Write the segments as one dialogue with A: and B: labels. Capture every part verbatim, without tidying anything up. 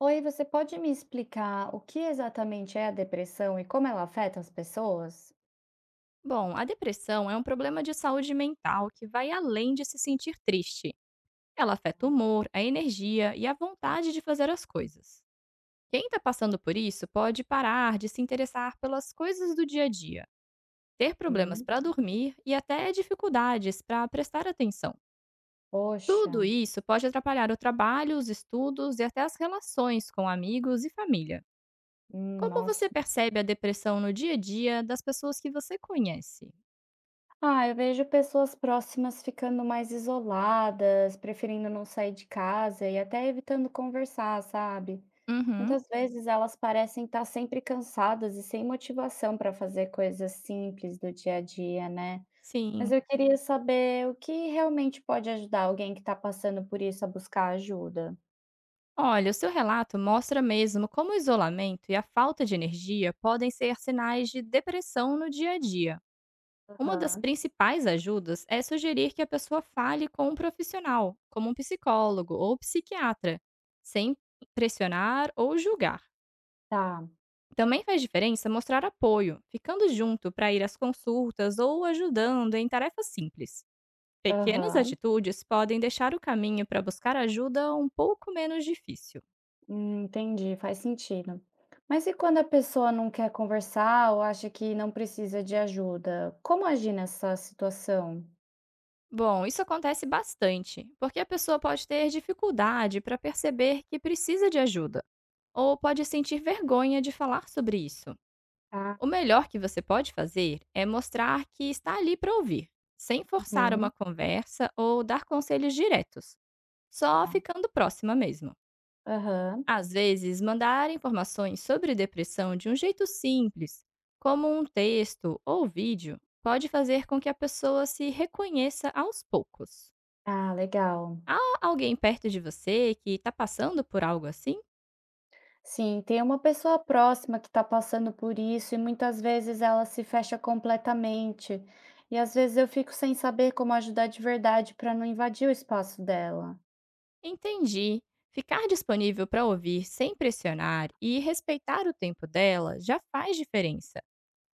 A: Oi, você pode me explicar o que exatamente é a depressão e como ela afeta as pessoas?
B: Bom, a depressão é um problema de saúde mental que vai além de se sentir triste. Ela afeta o humor, a energia e a vontade de fazer as coisas. Quem está passando por isso pode parar de se interessar pelas coisas do dia a dia, ter problemas
A: Hum.
B: para dormir e até dificuldades para prestar atenção.
A: Poxa,
B: Tudo isso pode atrapalhar o trabalho, os estudos e até as relações com amigos e família.
A: hum,
B: Como você
A: nossa.
B: percebe a depressão no dia a dia das pessoas que você conhece?
A: Ah, eu vejo pessoas próximas ficando mais isoladas, preferindo não sair de casa e até evitando conversar, sabe?
B: Uhum,
A: Muitas vezes elas parecem estar sempre cansadas e sem motivação para fazer coisas simples do dia a dia, né? Mas
B: sim.
A: eu queria saber o que realmente pode ajudar alguém que está passando por isso a buscar ajuda.
B: Olha, o seu relato mostra mesmo como o isolamento e a falta de energia podem ser sinais de depressão no dia a dia. Uma das
A: Aham.
B: principais ajudas é sugerir que a pessoa fale com um profissional, como um psicólogo ou psiquiatra, sem pressionar ou julgar.
A: Tá.
B: Também faz diferença mostrar apoio, ficando junto para ir às consultas ou ajudando em tarefas simples. Pequenas
A: Aham,
B: atitudes podem deixar o caminho para buscar ajuda um pouco menos difícil.
A: hum, entendi, faz sentido. Mas e quando a pessoa não quer conversar ou acha que não precisa de ajuda? Como agir nessa situação?
B: Bom, isso acontece bastante, porque a pessoa pode ter dificuldade para perceber que precisa de ajuda, ou pode sentir vergonha de falar sobre isso.
A: Ah,
B: O melhor que você pode fazer é mostrar que está ali para ouvir, sem forçar uma
A: uhum,
B: conversa ou dar conselhos diretos, só
A: tá.
B: ficando próxima mesmo.
A: Aham.
B: Às vezes, mandar informações sobre depressão de um jeito simples, como um texto ou vídeo, pode fazer com que a pessoa se reconheça aos poucos.
A: Ah, legal.
B: Há alguém perto de você que está passando por algo assim?
A: Sim, tem uma pessoa próxima que está passando por isso e muitas vezes ela se fecha completamente. E às vezes eu fico sem saber como ajudar de verdade para não invadir o espaço dela.
B: Entendi. Ficar disponível para ouvir sem pressionar e respeitar o tempo dela já faz diferença,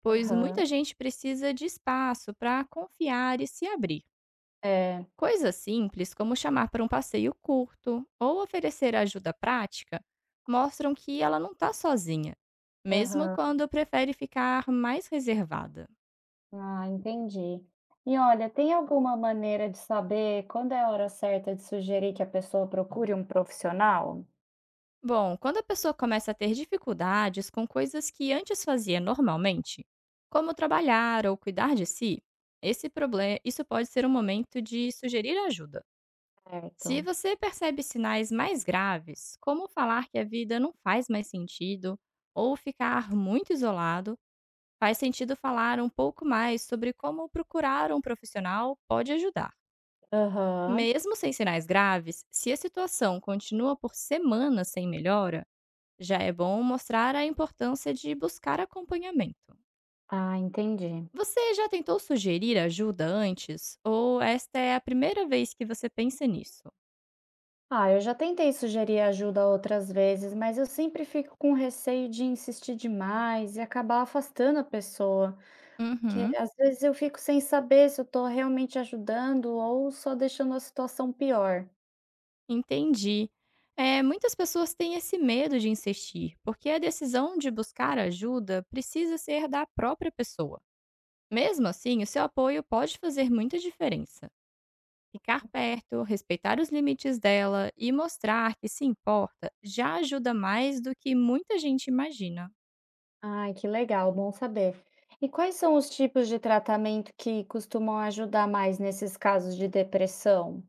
B: pois
A: Aham,
B: muita gente precisa de espaço para confiar e se abrir.
A: é.
B: Coisas simples como chamar para um passeio curto ou oferecer ajuda prática mostram que ela não está sozinha, mesmo
A: Aham.
B: quando prefere ficar mais reservada.
A: Ah, entendi. E olha, tem alguma maneira de saber quando é a hora certa de sugerir que a pessoa procure um profissional?
B: Bom, quando a pessoa começa a ter dificuldades com coisas que antes fazia normalmente, como trabalhar ou cuidar de si, esse problema, isso pode ser um momento de sugerir ajuda. Se
A: Certo.
B: você percebe sinais mais graves, como falar que a vida não faz mais sentido ou ficar muito isolado, faz sentido falar um pouco mais sobre como procurar um profissional pode ajudar.
A: Aham.
B: Mesmo sem sinais graves, se a situação continua por semanas sem melhora, já é bom mostrar a importância de buscar acompanhamento.
A: Ah, entendi.
B: Você já tentou sugerir ajuda antes? Ou esta é a primeira vez que você pensa nisso?
A: Ah, eu já tentei sugerir ajuda outras vezes, mas eu sempre fico com receio de insistir demais e acabar afastando a pessoa, porque
B: Uhum,
A: às vezes eu fico sem saber se eu estou realmente ajudando ou só deixando a situação pior.
B: entendi. É, muitas pessoas têm esse medo de insistir, porque a decisão de buscar ajuda precisa ser da própria pessoa. Mesmo assim, o seu apoio pode fazer muita diferença. Ficar perto, respeitar os limites dela e mostrar que se importa já ajuda mais do que muita gente imagina.
A: Ai, que legal, bom saber. E quais são os tipos de tratamento que costumam ajudar mais nesses casos de depressão?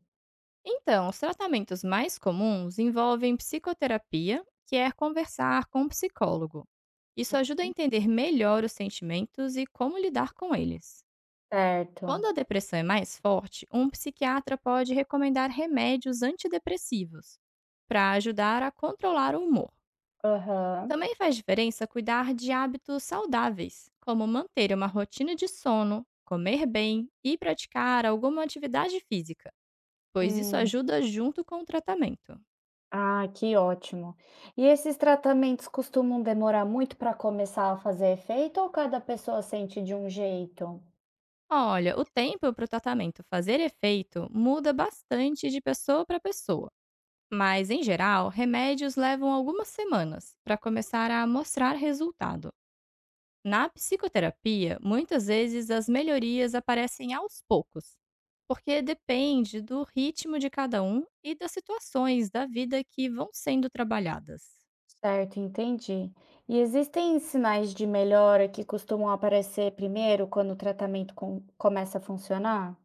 B: Então, os tratamentos mais comuns envolvem psicoterapia, que é conversar com um psicólogo. Isso ajuda a entender melhor os sentimentos e como lidar com eles. Quando
A: Certo.
B: a depressão é mais forte, um psiquiatra pode recomendar remédios antidepressivos para ajudar a controlar o humor.
A: Aham.
B: Também faz diferença cuidar de hábitos saudáveis, como manter uma rotina de sono, comer bem e praticar alguma atividade física, pois isso
A: Hum.
B: ajuda junto com o tratamento.
A: Ah, que ótimo. E esses tratamentos costumam demorar muito para começar a fazer efeito ou cada pessoa sente de um jeito?
B: Olha, o tempo para o tratamento fazer efeito muda bastante de pessoa para pessoa, mas em geral, remédios levam algumas semanas para começar a mostrar resultado. Na psicoterapia, muitas vezes as melhorias aparecem aos poucos, porque depende do ritmo de cada um e das situações da vida que vão sendo trabalhadas.
A: Certo, entendi. E existem sinais de melhora que costumam aparecer primeiro quando o tratamento com- começa a funcionar?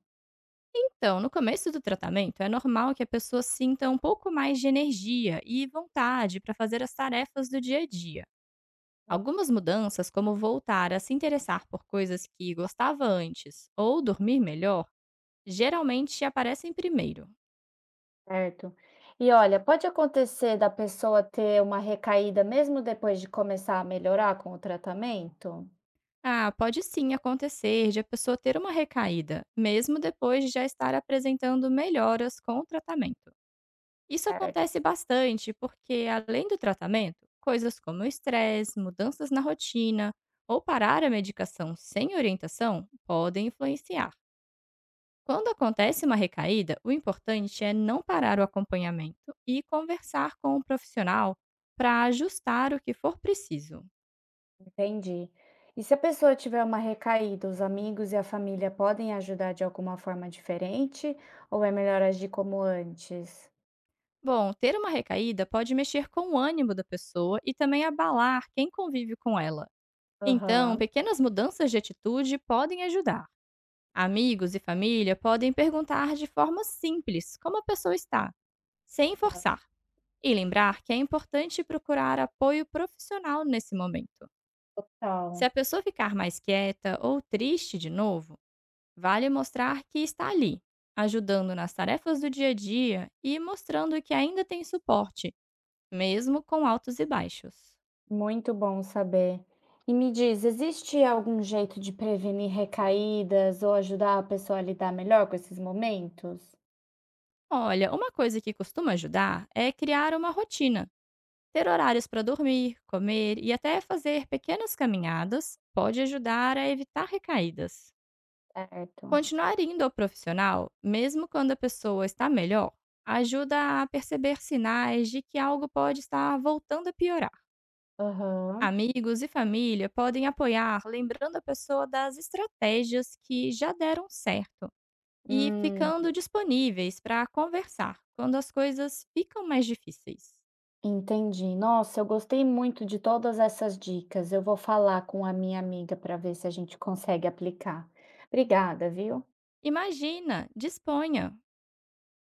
B: Então, no começo do tratamento, é normal que a pessoa sinta um pouco mais de energia e vontade para fazer as tarefas do dia a dia. Algumas mudanças, como voltar a se interessar por coisas que gostava antes ou dormir melhor, geralmente aparecem primeiro.
A: Certo. E olha, pode acontecer da pessoa ter uma recaída mesmo depois de começar a melhorar com o tratamento?
B: Ah, pode sim acontecer de a pessoa ter uma recaída, mesmo depois de já estar apresentando melhoras com o tratamento. Isso
A: Certo.
B: acontece bastante porque, além do tratamento, coisas como estresse, mudanças na rotina ou parar a medicação sem orientação podem influenciar. Quando acontece uma recaída, o importante é não parar o acompanhamento e conversar com o profissional para ajustar o que for preciso.
A: Entendi. E se a pessoa tiver uma recaída, os amigos e a família podem ajudar de alguma forma diferente? Ou é melhor agir como antes?
B: Bom, ter uma recaída pode mexer com o ânimo da pessoa e também abalar quem convive com ela. Então,
A: Aham.
B: pequenas mudanças de atitude podem ajudar. Amigos e família podem perguntar de forma simples como a pessoa está, sem
A: Ah,
B: forçar, e lembrar que é importante procurar apoio profissional nesse momento. Se
A: total.
B: a pessoa ficar mais quieta ou triste de novo, vale mostrar que está ali, ajudando nas tarefas do dia a dia e mostrando que ainda tem suporte, mesmo com altos e baixos.
A: Muito bom saber. E me diz, existe algum jeito de prevenir recaídas ou ajudar a pessoa a lidar melhor com esses momentos?
B: Olha, uma coisa que costuma ajudar é criar uma rotina. Ter horários para dormir, comer e até fazer pequenas caminhadas pode ajudar a evitar recaídas.
A: Certo.
B: Continuar indo ao profissional, mesmo quando a pessoa está melhor, ajuda a perceber sinais de que algo pode estar voltando a piorar.
A: Aham.
B: Amigos e família podem apoiar, lembrando a pessoa das estratégias que já deram certo e
A: Hum,
B: ficando disponíveis para conversar quando as coisas ficam mais difíceis.
A: entendi. Nossa, eu gostei muito de todas essas dicas. Eu vou falar com a minha amiga para ver se a gente consegue aplicar. Obrigada, viu?
B: Imagina, disponha.